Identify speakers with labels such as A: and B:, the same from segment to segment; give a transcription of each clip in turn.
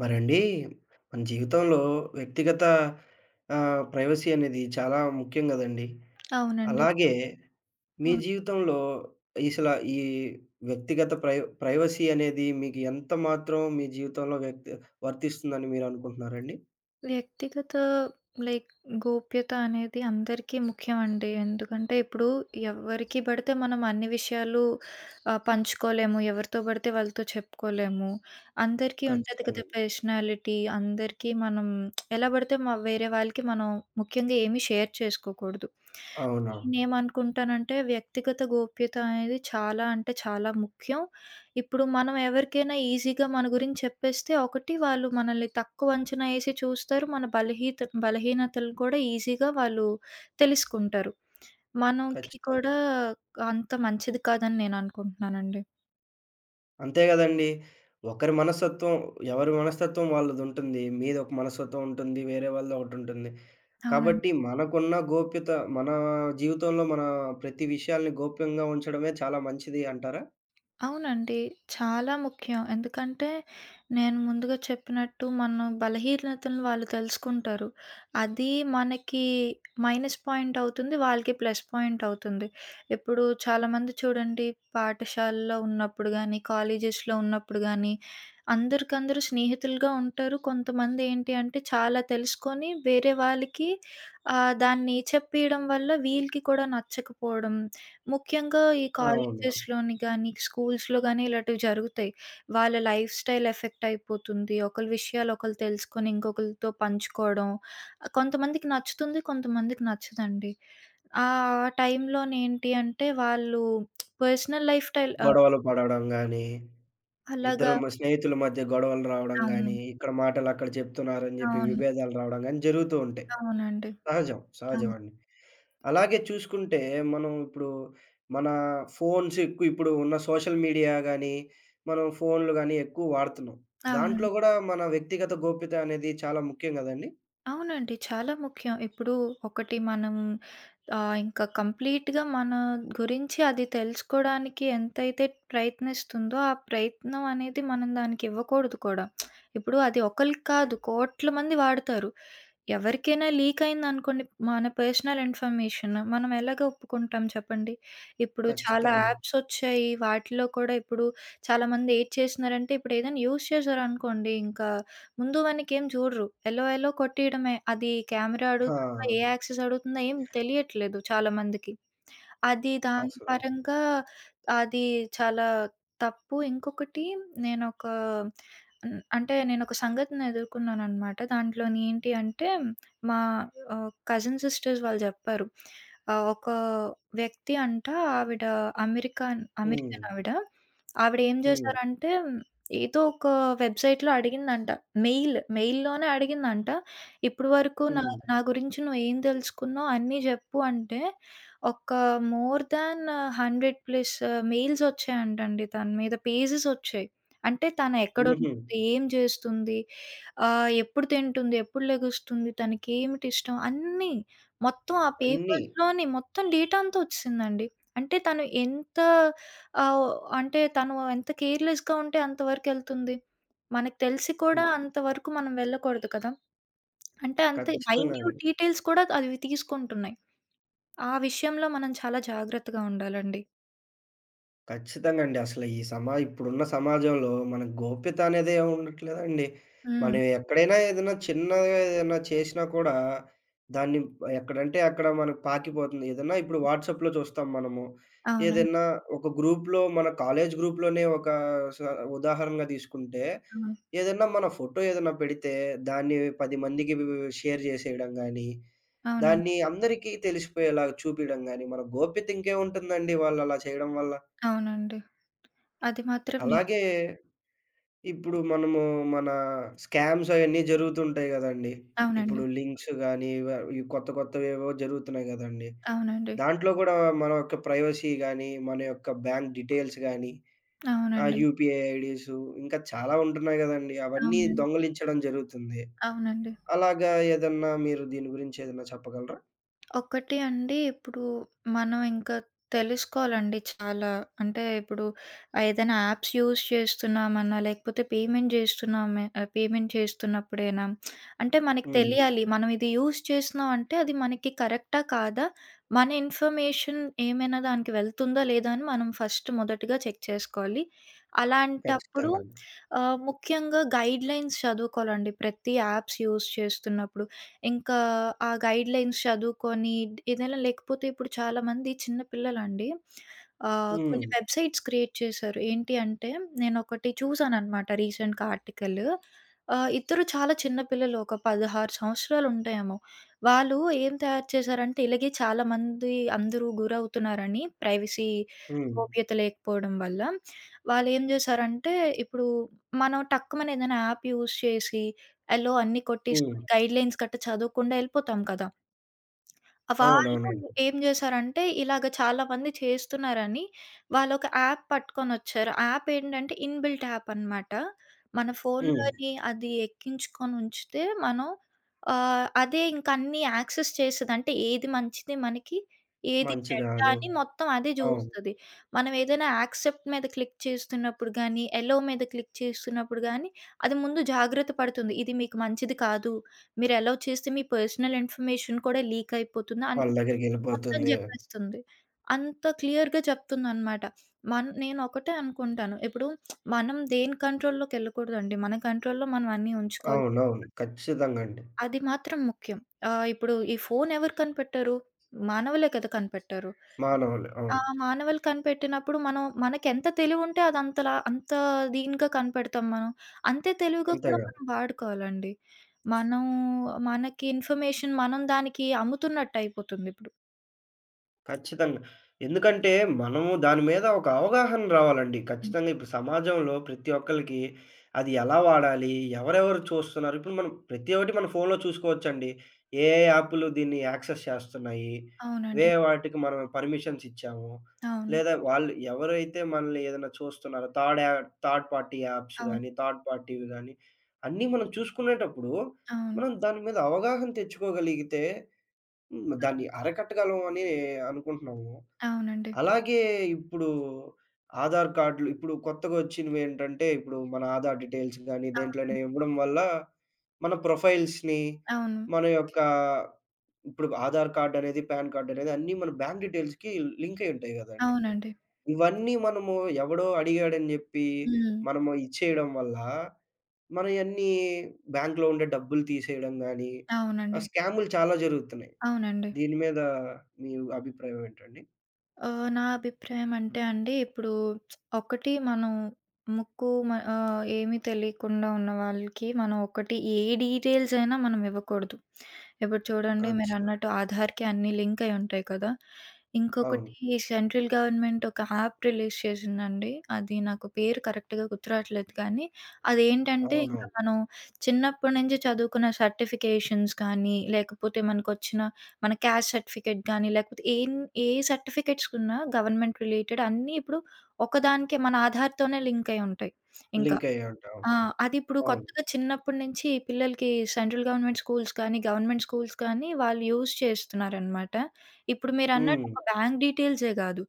A: మరండి మన జీవితంలో వ్యక్తిగత ప్రైవసీ అనేది చాలా ముఖ్యం గదండీ.
B: అవునండి.
A: అలాగే మీ
B: అవును.
A: జీవితంలో ఈ వ్యక్తిగత ప్రై ప్రైవసీ అనేది మీకు ఎంత మాత్రం మీ జీవితంలో వర్తిస్తుందని మీరనుకుంటున్నారండి?
B: వ్యక్తిగత లైక్ గోప్యత అనేది అందరికీ ముఖ్యమండి. ఎందుకంటే ఇప్పుడు ఎవరికి పడితే మనం అన్ని విషయాలు పంచుకోలేము. ఎవరితో పడితే వాళ్ళతో చెప్పుకోలేము. అందరికీ ఉంటది
A: ఖచ్చితంగా
B: కదా!
A: అండి.
B: పర్సనాలిటీ అందరికీ మనం ఎలా పడితే మ వేరే వాళ్ళకి మనం ముఖ్యంగా ఏమి షేర్ చేసుకోకూడదు.
A: అవునవును.
B: నేనేమనుకుంటానంటే వ్యక్తిగత గోప్యత అనేది చాలా అంటే చాలా ముఖ్యం. ఇప్పుడు మనం ఎవరికైనా ఈజీగా మన గురించి చెప్పేస్తే ఒకటి వాళ్ళు మనల్ని తక్కువ అంచనా ఏసి చూస్తారు. మన బలహీనతలు కూడా ఈజీగా వాళ్ళు తెలుసుకుంటారు. మనకి
A: ఖచ్చితంగా.
B: కూడా అంత మంచిది కాదని నేననుకుంటున్నానండి.
A: అంతే గదండీ! ఒకరి మనస్తత్వం ఎవరి మనస్తత్వం వాళ్ళదుంటుంది. మీదొక మనస్తత్వం ఉంటుంది. వేరే వాళ్ళది ఒకటుంటుంది.
B: అవునండి.
A: కాబట్టి మనకున్న గోప్యత మన జీవితంలో మన ప్రతి విషయాల్ని గోప్యంగా ఉంచడమే చాలా మంచిది అంటారా?
B: అవునండి. చాలా ముఖ్యం. ఎందుకంటే నేను ముందుగా చెప్పినట్టు మనం బలహీనతలను వాళ్ళు తెలుసుకుంటారు. అది మనకి మైనస్ పాయింట్ అవుతుంది. వాళ్ళకి ప్లస్ పాయింట్ అవుతుంది. ఇప్పుడు చాలామంది చూడండి పాఠశాలలో ఉన్నప్పుడు గానీ, కాలేజెస్‌లో ఉన్నప్పుడు గానీ, అందరికందరూ స్నేహితులుగా ఉంటారు. కొంతమంది ఏంటి అంటే చాలా తెలుసుకొని వేరే వాళ్ళకి దాన్ని చెప్పియడం వల్ల వీళ్ళకి కూడా నచ్చకపోవడం, ముఖ్యంగా ఈ
A: అవును.
B: కాలేజెస్‌లోని గానీ, స్కూల్స్‌లో గానీ ఇలాటివి జరుగుతాయి. వాళ్ళ లైఫ్ స్టైల్ ఎఫెక్ట్ అయిపోతుంది. ఒకళ్ళ విషయాలు ఒకళ్ళు తెలుసుకొని ఇంకొకళ్ళతో పంచుకోవడం. కొంతమందికి నచ్చుతుంది, కొంతమందికి నచ్చదండి. ఆ టైంలోనేంటి అంటే వాళ్ళు పర్సనల్ లైఫ్ స్టైల్
A: గొడవలు పడడం గానీ,
B: అలాగా
A: ఇద్దరు మ స్నేహితుల మధ్య గొడవలు రావడం
B: అవును.
A: గానీ, ఇక్కడ మాటలక్కడ చెప్తున్నారని జెప్పి
B: అవును.
A: విభేదాలు రావడం గానీ జరుగుతూ ఉంటాయి.
B: అవునండి.
A: సహజం. సహజం
B: అవును.
A: అండి. అలాగే చూసుకుంటే మనం ఇప్పుడు మన ఫోన్స్ ఎక్కువ ఇప్పుడు ఉన్న సోషల్ మీడియా గానీ, మనం ఫోన్‌లు గానీ ఎక్కువ వాడుతున్నాం. దాంట్లో
B: అవునండి.
A: గూడా మన వ్యక్తిగత గోప్యత అనేది చాలా ముఖ్యం గదండీ!
B: అవునండి. చాలా ముఖ్యం. ఇప్పుడు ఒకటి మనం ఆ! ఇంకా కంప్లీట్‌గా మన గురించి అది తెలుసుకోడానికి ఎంతైతే ప్రయత్నిస్తుందో, ఆ ప్రయత్నం అనేది మనం దానికి ఇవ్వకూడదు కూడా. ఇప్పుడు అది ఒకళ్ళకి కాదు, కోట్ల మంది వాడతారు. ఎవరికైనా లీక్ అయిందనుకోండి మన పర్సనల్ ఇన్ఫర్మేషన్. మనం ఎలాగ ఒప్పుకుంటాం చెప్పండి? ఇప్పుడు చాలా
A: ఖచ్చితంగా.
B: యాప్స్ ఒచ్చాయి. వాటిలో కూడా ఇప్పుడు చాలామంది ఏటి చేస్తున్నారంటే, ఇప్పుడు ఏదైనా యూజ్ చేశారనుకోండి, ఇంకా ముందు వెనకేం చూడరు. ఎలో ఎలో కొట్టేయడమే. అది కెమెరా
A: ఆ!
B: అడుగుతుందా? ఏ యాక్సెస్ అడుగుతుందా? ఏం తెలియట్లేదు చాలామందికి. అది దాని
A: అసలా.
B: పరంగా అది చాలా తప్పు. ఇంకొకటి నేనొక అంటే నేనొక సంఘటన ఎదుర్కొన్నాననమాట. దాంట్లోని ఏంటి అంటే మా కజిన్ సిస్టర్స్ వాళ్ళు జెప్పారు. ఒక వ్యక్తి అంట ఆవిడ అమెరికన్
A: హ్మ్.
B: అమెరికన్ ఆవిడ. ఆవిడ ఏం
A: హ్మ్.
B: జేశారంటే ఏదో ఒక వెబ్‌సైట్‌లో అడిగిందంట. మెయిల్‌లోనే అడిగిందంట. "ఇప్పటి వరకు నా
A: హ్మ్.
B: నా గురించి నువ్వేం దెలుసుకున్నావు అన్నీ జెప్పు" అంటే ఒక మోర్ దాన్ 100 ప్లస్ మెయిల్స్ వచ్చాయంటండి తన మీద. పేజెస్ వచ్చాయి. అంటే తను ఎక్కడుంటుంది?
A: హుహు.
B: ఏం చేస్తుంది? ఎప్పుడు తింటుంది? ఎప్పుడు లెగుస్తుంది? తనకేమిటి ఇష్టం? అన్నీ మొత్తం ఆ
A: అన్నీ.
B: పేపర్స్‌లోని మొత్తం డేటా అంతా వచ్చేసిందండి. అంటే తను ఎంత ఆహ్, అంటే తను ఎంత కేర్‌లెస్‌గా ఉంటే అంత వరకెళ్తుంది. మనకు తెలిసి కూడా
A: హ్మ్.
B: అంత వరకు మనం వెళ్ళకూడదు కదా! అంటే అంత
A: ఖచ్చితంగా
B: మైన్యూట్
A: అండి.
B: డీటెయిల్స్ కూడా అవి తీసుకుంటున్నాయి. ఆ విషయంలో మనం చాలా జాగ్రత్తగా ఉండాలండి.
A: ఖచ్చితంగా అండి. అసలు ఈ సమా ఇప్పుడున్న సమాజంలో మనకు గోప్యత అనేది ఏమి ఉండట్లేదండి.
B: హ్మ్.
A: మనం ఎక్కడైనా ఏదైనా చిన్నగా ఏదైనా చేసినా కూడా దాన్ని ఎక్కడంటే అక్కడ మనకు పాకిపోతుంది. ఏదన్నా ఇప్పుడు వాట్సాప్‌లో చూస్తాం మనము.
B: అవునండి.
A: ఏదైనా ఒక గ్రూప్‌లో మన కాలేజ్ గ్రూప్‌లోనే ఒక స ఉదాహరణగా తీసుకుంటే
B: అవును.
A: ఏదన్నా మన ఫోటో ఏదైనా పెడితే దాన్ని 10 మందికి షేర్ చేసేయడం గానీ,
B: అవునండి.
A: దాన్ని అందరికీ తెలిసిపోయేలాగా చూపియడం గానీ, మన గోప్యత ఇంకేముంటుందండి వాళ్ళు అలా చేయడం వల్ల?
B: అవునండి. అది మాత్రం నిజం.
A: అలాగే ఇప్పుడు మనము మన స్కామ్స్ అయన్నీ జరుగుతుంటాయి గదండీ!
B: అవునండి.
A: ఇప్పుడు లింక్స్ గానీ, ఈ కొత్త కొత్తవేవో జరుగుతున్నాయి గదండీ!
B: అవునండి.
A: దాంట్లో గూడా మన యొక్క ప్రైవసీ గానీ, మన యొక్క బ్యాంక్ డీటెయిల్స్ గానీ,
B: అవునండి.
A: యూపీఐ ఐడీసు ఇంకా చాలా ఉంటున్నాయి గదండీ! అవన్నీ
B: అవునండి.
A: దొంగిలించడం జరుగుతుంది.
B: అవునండి.
A: అలాగా ఏదన్నా మీరు దీని గురించి ఏదన్నా చెప్పగలరా?
B: ఒకటి అండి, ఇప్పుడు మనం ఇంకా తెలుసుకోవాలండి చాలా. అంటే ఇప్పుడు ఏదైనా యాప్స్ యూజ్ చేస్తున్నామన్నా, లేకపోతే పేమెంట్ జేస్తున్నామే పేమెంట్ చేస్తున్నప్పుడైనా అంటే మనకి
A: హ్మ్.
B: తెలియాలి. మనం ఇది యూజ్ చేస్తున్నాం అంటే అది మనకి కరెక్టా? కాదా? మన ఇన్ఫర్మేషన్ ఏమైనా దానికి వెళ్తుందా? లేదా? అని మనం మొదటిగా చెక్ చేసుకోవాలి. అలాంటప్పుడు
A: ఖచ్చితంగా అండి.
B: ముఖ్యంగా గైడ్‌లైన్స్ చదువుకోవాలండి. ప్రతి యాప్స్ యూజ్ చేస్తున్నప్పుడు. ఇంకా ఆ గైడ్‌లైన్స్ చదువుకొని ఏదైనా లేకపోతే ఇప్పుడు చాలామంది చిన్న పిల్లలండి
A: హ్మ్.
B: కొన్ని వెబ్‌సైట్స్ క్రియేట్ చేశారు. ఏంటి అంటే నేనొకటి చూసాననమాట రీసెంట్‌గా ఆర్టికల్. ఇద్దరు చాలా చిన్న పిల్లలు ఒక 16 సంవత్సరాలు ఉంటాయేమో. వాళ్ళు ఏం తయారు చేశారంటే ఇలాగే చాలామంది అందరూ గురవుతున్నారని ప్రైవసీ
A: హ్మ్.
B: గోప్యత లేకపోవడం వల్ల. వాళ్ళేం చేశారంటే ఇప్పుడు మనం టక్కుమని ఏదైనా యాప్ యూజ్ చేసి ఎలో అన్నీ
A: హ్మ్.
B: కొట్టేసుకొని గైడ్‌లైన్స్ గట్టా చదవకుండా యెళ్ళిపోతాం కదా! వాళ్ళు
A: అవునవునండి.
B: ఏం జేశారంటే, ఇలాగ చాలామంది చేస్తున్నారని వాళ్ళొక యాప్ పట్టుకొనొచ్చారు. యాప్ ఏంటంటే, ఇన్‌బిల్ట్ యాప్ అనమాట. మన
A: హ్మ్.
B: ఫోన్‌లోని అది ఎక్కించుకొనుంచితే మనం అదే ఇంక అన్నీ యాక్సెస్ చేస్తది. అంటే ఏది మంచిది మనకి, ఏది
A: మంచి
B: చెడ్డ
A: గాదు.
B: అని మొత్తం అదే
A: అవును.
B: జూస్తది. మనం ఏదైనా యాక్సెప్ట్ మీద క్లిక్ చేస్తున్నప్పుడు గానీ, ఎలో మీద క్లిక్ చేస్తున్నప్పుడు గానీ, అది ముందు జాగ్రత్త పడుతుంది. ఇది మీకు మంచిది కాదు, మీరు అలౌ చేస్తే మీ పర్సనల్ ఇన్ఫర్మేషన్ కూడా లీక్ అయిపోతుంది. అన్నీ
A: వాళ్ళ
B: మొత్తం
A: దగ్గరికెళ్ళిపోతుంది.
B: జెప్పేస్తుంది. అంత క్లియర్‌గా చెప్తుందనమాట. నేనొకటే అనుకుంటాను. ఇప్పుడు మనం దేని కంట్రోల్‌లోకెళ్ళకూడదండి. మన కంట్రోల్‌లో మనం అన్నీ ఉంచుకోవాలి.
A: అవునవును. ఖచ్చితంగా అండి.
B: అది మాత్రం ముఖ్యం. ఇప్పుడు ఈ ఫోన్ ఎవరు కనిపెట్టారు? మానవులే కదా కనిపెట్టారు.
A: మానవులే.
B: ఆ!
A: అవును.
B: మానవులు కనిపెట్టినప్పుడు మనం మనకెంత తెలివుంటే అదంతలా అంత దీనిగా కనిపెడతాం మనం. అంతే తెలివిగా
A: అంతే
B: కూడా
A: గదా!
B: మనం వాడుకోవాలండి. మనం మనకి ఇన్ఫర్మేషన్ మనం దానికి అమ్ముతున్నట్టయిపోతుందిప్పుడు.
A: ఖచ్చితంగా. ఎందుకంటే, మనము దాని మీద ఒక అవగాహన రావాలండి.
B: హ్మ్.
A: ఖచ్చితంగా ఇప్పుడు సమాజంలో ప్రతి ఒక్కళ్ళకి అది ఎలా వాడాలి? ఎవరెవరు చూస్తున్నారు? ఇప్పుడు మనం ప్రతి ఒక్కటి మన ఫోన్‌లో చూసుకోవచ్చండి. ఏ ఏ యాపులు దీన్ని యాక్సెస్ చేస్తున్నాయి?
B: అవునండి.
A: ఏ వాటికి మనం పర్మిషన్స్ ఇచ్చాము?
B: అవును.
A: లేదా వాళ్ళు ఎవరైతే మనల్ని ఏదైనా చూస్తున్నారో థర్డ్ పార్టీ యాప్స్
B: అవును.
A: గానీ, థర్డ్ పార్టీవి గానీ, అన్నీ మనం చూసుకునేటప్పుడు,
B: అవును.
A: మనం దాని మీద అవగాహన తెచ్చుకోగలిగితే హ్మ్,
B: అవును.
A: దాన్ని అరకట్టగలం అని అనుకుంటున్నాము.
B: అవునండి.
A: అలాగే ఇప్పుడు ఆధార్ కార్డ్‌లు ఇప్పుడు కొత్తగా వచ్చినవేంటంటే, ఇప్పుడు మన ఆధార్ డీటెయిల్స్ గానీ, దేంట్లోనే
B: అవును.
A: ఇవ్వడం వల్ల మన ప్రొఫైల్స్‌ని,
B: అవును.
A: మన యొక్క ఓకే. ఇప్పుడు ఆధార్ కార్డ్ అనేది, పాన్ కార్డ్ అనేది అన్నీ మన బ్యాంక్ డీటెయిల్స్‌కి లింక్ అయి ఉంటాయి గదండీ.
B: అవునండి.
A: ఇవన్నీ మనము ఎవడో అడిగాడని జెప్పి
B: హ్మ్.
A: మనము ఇచ్చేయడం వల్ల, మనయన్నీ బ్యాంక్‌లో ఉండే డబ్బులు తీసేయడం గానీ, ఆ
B: అవునండి.
A: స్కాములు చాలా జరుగుతున్నాయి.
B: అవునండి.
A: దీని మీద మీ అభిప్రాయం ఏంటండి?
B: నా అభిప్రాయం అంటే అండి, ఇప్పుడు ఒకటి మనం ఏమీ తెలియకుండా ఉన్న వాళ్ళకి మనం ఒకటి ఏ డీటెయిల్స్ అయినా మనం ఇవ్వకూడదు. ఇప్పుడు చూడండి
A: ఖచ్చితంగా.
B: మీరన్నట్టు ఆధార్‌కి అన్నీ లింక్ అయి ఉంటాయి కదా! ఇంకొకటి
A: అవును.
B: సెంట్రల్ గవర్నమెంట్ ఒక యాప్ రిలీజ్ చేసిందండి. అది నాకు పేరు కరెక్ట్‌గా గుర్తురాట్లేదు కానీ, అదేంటంటే ఇంక
A: అవునవును.
B: మనం చిన్నప్పటి నుంచి చదువుకున్న సర్టిఫికేషన్స్ కానీ, లేకపోతే మనకొచ్చిన మన క్యాస్ట్ సర్టిఫికేట్ గాని, లేకపోతే ఏ సర్టిఫికేట్స్‌కున్నా గవర్నమెంట్ రిలేటెడ్ అన్నీ ఇప్పుడు ఒకదానికే మన ఆధార్‌తోనే లింక్ అయ్యి ఉంటాయి ఇంక.
A: లింక్ అయ్యే ఉంటాం.
B: ఆ!
A: అవును.
B: అదిప్పుడు
A: అవును.
B: కొత్తగా చిన్నప్పటి నుంచి పిల్లలకి సెంట్రల్ గవర్నమెంట్ స్కూల్స్ కానీ, గవర్నమెంట్ స్కూల్స్ కానీ వాళ్ళు యూజ్ చేస్తున్నారనమాట. ఇప్పుడు మీరన్నట్టు
A: హ్మ్.
B: ఒక బ్యాంక్ డీటెయిల్సే గాదు.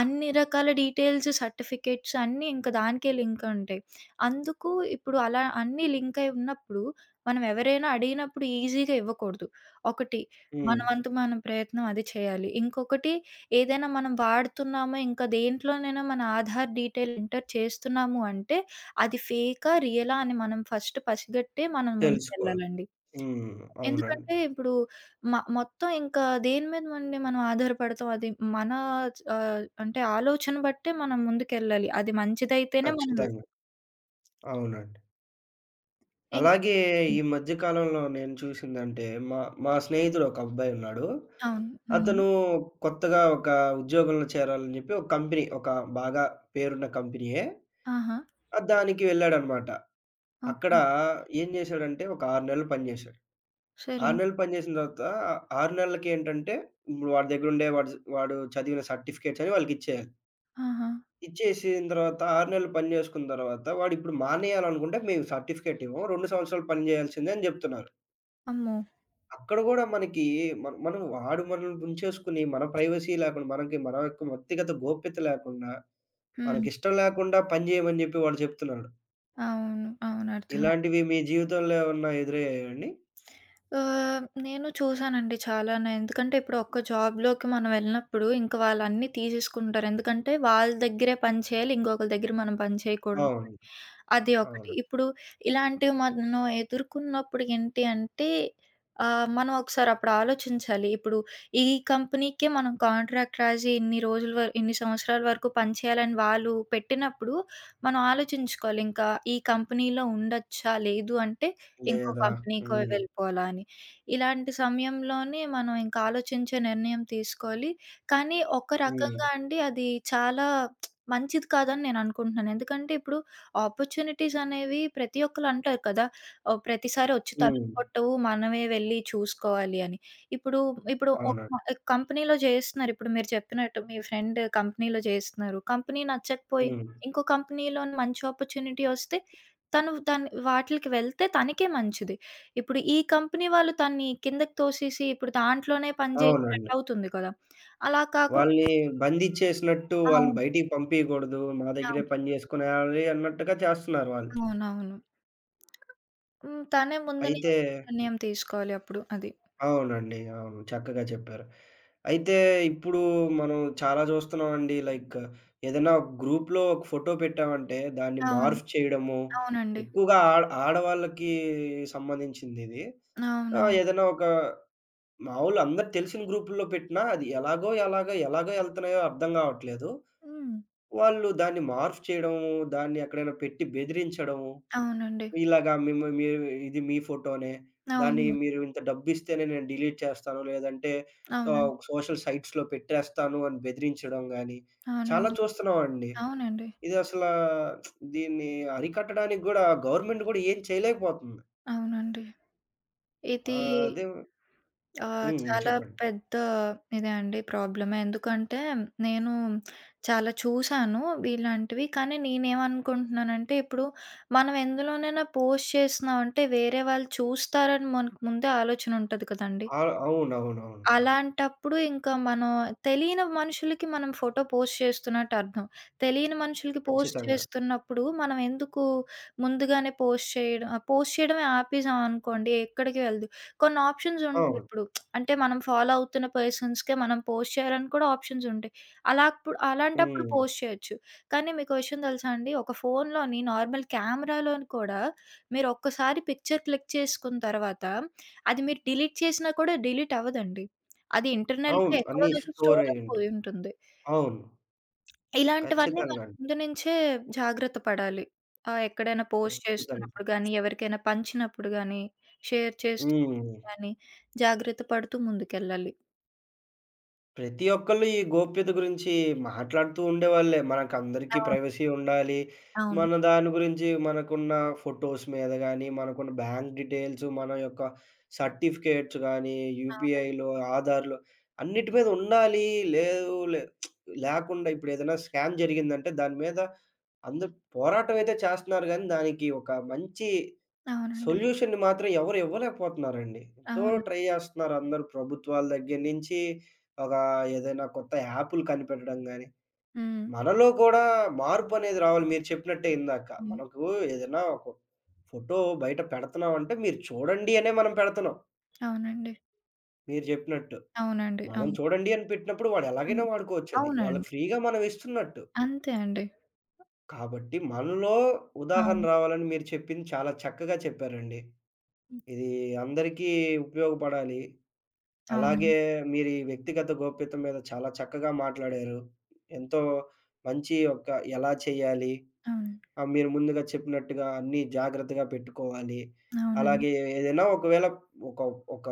B: అన్ని రకాల డీటెయిల్స్, సర్టిఫికేట్స్ అన్నీ ఇంక దానికే లింక్ ఉంటాయి. అందుకు ఇప్పుడు అలా అన్నీ లింక్ అయి ఉన్నప్పుడు మనం ఎవరైనా అడిగినప్పుడు ఈజీగా ఇవ్వకూడదు. ఒకటి మన
A: హ్మ్.
B: వంతు మన ప్రయత్నం అది చేయాలి. ఇంకొకటి ఏదైనా మనం వాడుతున్నామా ఇంకా దేంట్లోనైనా మన ఆధార్ డీటెయిల్ ఎంటర్ చేస్తున్నాము అంటే అది ఫేకా, రియలా అని మనం ఫస్ట్ పసిగట్టే మనం
A: తెలుసుకోవాలి.
B: ముందుకెళ్ళాలండి.
A: హ్మ్. అవునండి.
B: ఎందుకంటే ఇప్పుడు మొత్తం ఇంకా దేని మీద మండి మనం ఆధారపడతాం. అది మన అంటే ఆలోచన బట్టే మనం ముందుకెళ్ళాలి. అది మంచిదైతేనే మనం వెళ్తాం.
A: ఖచ్చితంగా. అవునండి.
B: ఇం
A: అలాగే
B: హ్మ్.
A: ఈ మధ్య కాలంలో నేను చూసిందంటే మా మా స్నేహితుడు ఒక అబ్బాయి ఉన్నాడు.
B: అవును. హ్మ్.
A: అతను కొత్తగా ఒక ఉద్యోగంలో చేరాలని చెప్పి ఒక కంపెనీ ఒక బాగా పేరున్న కంపెనీయే.
B: ఆహా!
A: దానికి వెళ్ళాడన్నమాట. అక్కడ
B: ఓకే.
A: ఏం చేశాడంటే ఒక 6 నెలలు పనిచేశాడు.
B: సరే.
A: 6 నెలలు పని చేసిన తర్వాత 6 నెలలకేంటంటే, ఇప్పుడు వాడి దగ్గరుండే వాడు జ్ వాడు చదివిన సర్టిఫికేట్స్ అన్ని వాళ్ళకిచ్చేయాలి.
B: ఆహా!
A: ఇచ్చేసిన తర్వాత 6 నెలలు పని చేసుకున్న తర్వాత, వాడిప్పుడు మానేయాలనుకుంటే మేము సర్టిఫికేట్ ఇవ్వం. 2 సంవత్సరాలు పని చేయాల్సిందే అని జెప్తున్నారు.
B: అమ్మో!
A: అక్కడ గూడా మనకి మన మనం వాడు మనల్ని ముంచేసుకొని, మన ప్రైవసీ లేకుండా, మనకి మన యొక్క వ్యక్తిగత గోప్యత లేకుండా,
B: హ్మ్.
A: మనకిష్టం లేకుండా పని జేయమని జెప్పి వాడు చెప్తున్నాడు.
B: అవును. అవును. అర్థం.
A: ఇలాంటివి మీ జీవితంలో ఏమన్నా ఎదురయ్యాయా అండి?
B: నేను చూసానండి చాలానే. ఎందుకంటే ఇప్పుడు ఒక్క జాబ్‌లోకి మనం వెళ్ళినప్పుడు ఇంక వాళ్ళన్నీ తీసేసుకుంటారు. ఎందుకంటే వాళ్ళ దగ్గరే పని చేయాలి. ఇంకొకళ్ళ దగ్గర మనం పని చేయకూడదు.
A: అవును.
B: అది ఒకటి.
A: అవును.
B: ఇప్పుడు ఇలాంటివి మనం ఎదుర్కొన్నప్పుడు ఏంటి అంటే మనం ఒకసారి అప్పుడు ఆలోచించాలి. ఇప్పుడు ఈ కంపెనీకే మనం కాంట్రాక్ట్ రాసి ఇన్ని రోజుల వర ఇన్ని సంవత్సరాల వరకు పని చేయాలని వాళ్ళు పెట్టినప్పుడు మనం ఆలోచించుకోవాలి. ఇంకా ఈ కంపెనీలో ఉండొచ్చా? లేదు అంటే ఇంకో
A: లేదా?
B: కంపెనీకో
A: హ్మ్.
B: వెళ్ళిపోవాలా అని. ఇలాంటి సమయంలోనే మనం ఇంకా ఆలోచించే నిర్ణయం తీసుకోవాలి. కానీ ఒక
A: హ్మ్.
B: రకంగా అండి అది చాలా మంచిది కాదని నేననుకుంటున్నాను. ఎందుకంటే ఇప్పుడు ఆపర్చునిటీస్ అనేవి ప్రతి ఒక్కళ్ళు అంటారు కదా! ప్రతిసారి వచ్చి
A: హ్మ్.
B: తలుపు కొట్టవు. మనమే వెళ్లి చూసుకోవాలి అని. ఇప్పుడు ఇప్పుడు ఒక
A: అవునండి.
B: కంపెనీలో చేస్తున్నారు. ఇప్పుడు మీరు చెప్పినట్టు మీ ఫ్రెండ్ కంపెనీలో చేస్తున్నారు. కంపెనీ నచ్చకపోయి
A: హ్మ్.
B: ఇంకో కంపెనీలోని మంచి ఆపర్చునిటీ వస్తే తను దాన్ని వాటిలకి వెళ్తే తనకే మంచిది. ఇప్పుడు ఈ కంపెనీ వాళ్ళు తన్ని కిందకి తోసేసి ఇప్పుడు దాంట్లోనే పని
A: అవునండి.
B: చేసినట్టవుతుంది కదా! అలా కాకుండా
A: వాళ్ళని బంధించేసినట్టు వాళ్ళని
B: అవును.
A: బయటికి పంపియకూడదు. మా దగ్గరే
B: అవును.
A: పని జేసుకునేయాలి అన్నట్టుగా చేస్తున్నారు వాళ్ళు.
B: అవునవును. హ్మ్. తనే ముందు
A: అయితే
B: నుంచి నిర్ణయం తీసుకోవాలి అప్పుడు అది.
A: అవునండి. అవును. చక్కగా చెప్పారు. అయితే ఇప్పుడు మనం చాలా జూస్తున్నామండి. లైక్, ఏదైనా గ్రూప్‌లో ఒక ఫోటో పెట్టామంటే దాన్ని
B: అవును.
A: మార్ఫ్ చేయడము.
B: అవునండి.
A: ఎక్కువగా ఆడవాళ్ళకి సంబంధించిందిది.
B: అవునవును.
A: ఏదైనా ఒక మామూలు అందరు తెలిసిన గ్రూపుల్లో పెట్టినా అది ఎలాగో ఎలాగో ఎలాగో ఎళ్తున్నాయో అర్థం గావట్లేదు.
B: హ్మ్.
A: వాళ్ళు దాన్ని మార్పు చేయడము, దాన్ని ఎక్కడైనా పెట్టి బెదిరించడము,
B: అవునండి.
A: ఇలాగా మేము మీరు ఇది మీ ఫోటోనే, దాన్ని
B: అవును.
A: మీరు ఇంత డబ్బిస్తేనే నేను డిలీట్ చేస్తాను, లేదంటే
B: అవునండి.
A: సోషల్ సైట్స్‌లో పెట్టేస్తాను అని బెదిరించడం గాని, చాలా
B: అవునండి.
A: చూస్తున్నామండి.
B: అవునండి.
A: ఇది అసలా దీన్ని అరికట్టడానికి గూడా గవర్నమెంట్ గూడా ఏం చేయలేకపోతుంది.
B: అవునండి. ఇది
A: అదే
B: ఆ!
A: హ్మ్. హ్మ్.
B: చాలా
A: చెప్పండి.
B: పెద్ద ఇదే అండి ప్రాబ్లమే. ఎందుకంటే నేను చాలా చూసాను ఇలాంటివి. కానీ నేనేమనుకుంటున్నానంటే ఇప్పుడు మనం ఎందులోనైనా పోస్ట్ చేస్తున్నామంటే వేరే వాళ్ళు చూస్తారని మనకు ముందే ఆలోచన ఉంటది కదండీ!
A: ఆ! అవునవునవును.
B: అలాంటప్పుడు ఇంకా మనం తెలియని మనుషులకి మనం ఫోటో పోస్ట్ చేస్తున్నట్టు అర్థం. తెలియని మనుషులకి పోస్ట్
A: ఖచ్చితంగా.
B: చేస్తున్నప్పుడు మనం ఎందుకు ముందుగానే పోస్ట్ చేయడమే ఆపేసాం అనుకోండి ఎక్కడికి వెళ్ళదు. కొన్ని ఆప్షన్స్ ఉంటాయి
A: అవును.
B: ఇప్పుడు. అంటే మనం ఫాలో అవుతున్న పర్సన్స్‌కే మనం పోస్ట్ చేయాలని కూడా ఆప్షన్స్ ఉంటాయి. అలాంటప్పుడు
A: హ్మ్.
B: పోస్ట్ చేయొచ్చు. కానీ మీకో విషయం తెలుసా అండి? ఒక ఫోన్‌లోని నార్మల్ కెమెరాలోని కూడా మీరు ఒక్కసారి పిక్చర్ క్లిక్ చేసుకున్న తర్వాత అది మీరు డిలీట్ చేసినా కూడా డిలీట్ అవ్వదండి. అది ఇంటర్నల్‌గా
A: అవును.
B: ఎక్కడో
A: అన్నీ
B: దగ్గర
A: స్టోర్
B: స్టోర్
A: అయ్యుంటాయి.
B: అయిపోయి ఉంటుంది.
A: అవును.
B: ఇలాంటివన్నీ మనం
A: ఖచ్చితంగా అండి.
B: ముందు నుంచే జాగ్రత్త పడాలి. ఎక్కడైనా పోస్ట్
A: ఖచ్చితంగా.
B: చేస్తున్నప్పుడు గానీ, ఎవరికైనా పంచినప్పుడు గానీ, షేర్ చేస్తూ
A: హ్మ్.
B: గానీ, జాగ్రత్త పడుతూ ముందుకెళ్ళాలి.
A: ప్రతి ఒక్కళ్ళు ఈ గోప్యత గురించి మాట్లాడుతూ ఉండేవాళ్ళే. మనకందరికీ
B: అవును.
A: ప్రైవసీ ఉండాలి.
B: అవును.
A: మన దాని గురించి మనకున్న ఫోటోస్ మీద గానీ, మనకున్న బ్యాంక్ డీటెయిల్స్, మన యొక్క సర్టిఫికేట్స్ గానీ,
B: అవును.
A: యూపీఐలో, ఆధార్‌లో అన్నిటి మీద ఉండాలి. లేదు లే లేకుండా ఇప్పుడేదైనా స్కామ్ జరిగిందంటే దాని మీద అందరూ పోరాటం అయితే చేస్తున్నారు గానీ, దానికి ఒక మంచి
B: అవునండి.
A: సొల్యూషన్‌ని మాత్రం ఎవరు ఇవ్వలేకపోతున్నారండి. ఎంతో
B: అవును.
A: ట్రై జేస్తున్నారు అందరూ ప్రభుత్వాల దగ్గర నుంచి, ఒక ఏదైనా కొత్త యాపులు కనిపెట్టడం గాని,
B: హ్మ్.
A: మనలో కూడా మార్పనేది రావాలి మీరు చెప్పినట్టే ఇందాక.
B: హ్మ్.
A: మనకు ఏదైనా ఒక ఫోటో బయట పెడుతున్నామంటే మీరు చూడండి అనే మనం పెడుతున్నాం.
B: అవునండి.
A: మీరు జెప్పినట్టు.
B: అవునండి.
A: మనం
B: అవును.
A: చూడండి అని పెట్టినప్పుడు వాడు
B: హ్మ్.
A: ఎలాగైనా వాడుకోవచ్చది.
B: అవునండి.
A: వాళ్ళకి ఫ్రీగా మనం ఇస్తున్నట్టు.
B: అంతే అండి.
A: కాబట్టి మనలో ఉదాహరణ
B: అవును.
A: రావాలని మీరు చెప్పింది చాలా చక్కగా చెప్పారండి.
B: హ్మ్.
A: ఇది అందరికీ ఉపయోగపడాలి.
B: అవునండి.
A: అలాగే మీరీ వ్యక్తిగత గోప్యత మీద చాలా చక్కగా మాట్లాడారు. ఎంతో మంచి ఒక ఎలా చేయాలి,
B: అవును.
A: మీరు ముందుగా చెప్పినట్టుగా అన్నీ జాగ్రత్తగా పెట్టుకోవాలి.
B: అవునండి.
A: అలాగే ఏదైనా ఒకవేళ ఒక ఒక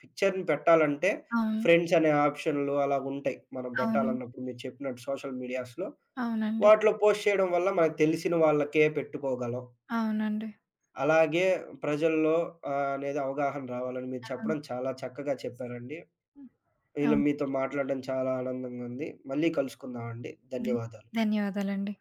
A: పిక్చర్‌ని పెట్టాలంటే
B: అవును.
A: ఫ్రెండ్స్ అనే ఆప్షన్‌లు అలాగుంటాయి. మనం
B: అవునండి.
A: పెట్టాలన్నప్పుడు మీరు చెప్పినట్టు సోషల్ మీడియాస్‌లో.
B: అవునండి.
A: వాటిలో పోస్ట్ చేయడం వల్ల మనకు తెలిసిన వాళ్ళకే పెట్టుకోగలం.
B: అవునండి.
A: అలాగే ప్రజల్లో అనేది అవగాహన రావాలని మీరు
B: అవును.
A: చెప్పడం చాలా చక్కగా చెప్పారండి.
B: హ్మ్.
A: ఇలా
B: అవును.
A: మీతో మాట్లాడడం చాలా ఆనందంగా ఉంది. మళ్ళీ కలుసుకుందామండి.
B: ధ
A: ధన్యవాదాలు.
B: ధన్యవాదాలండి.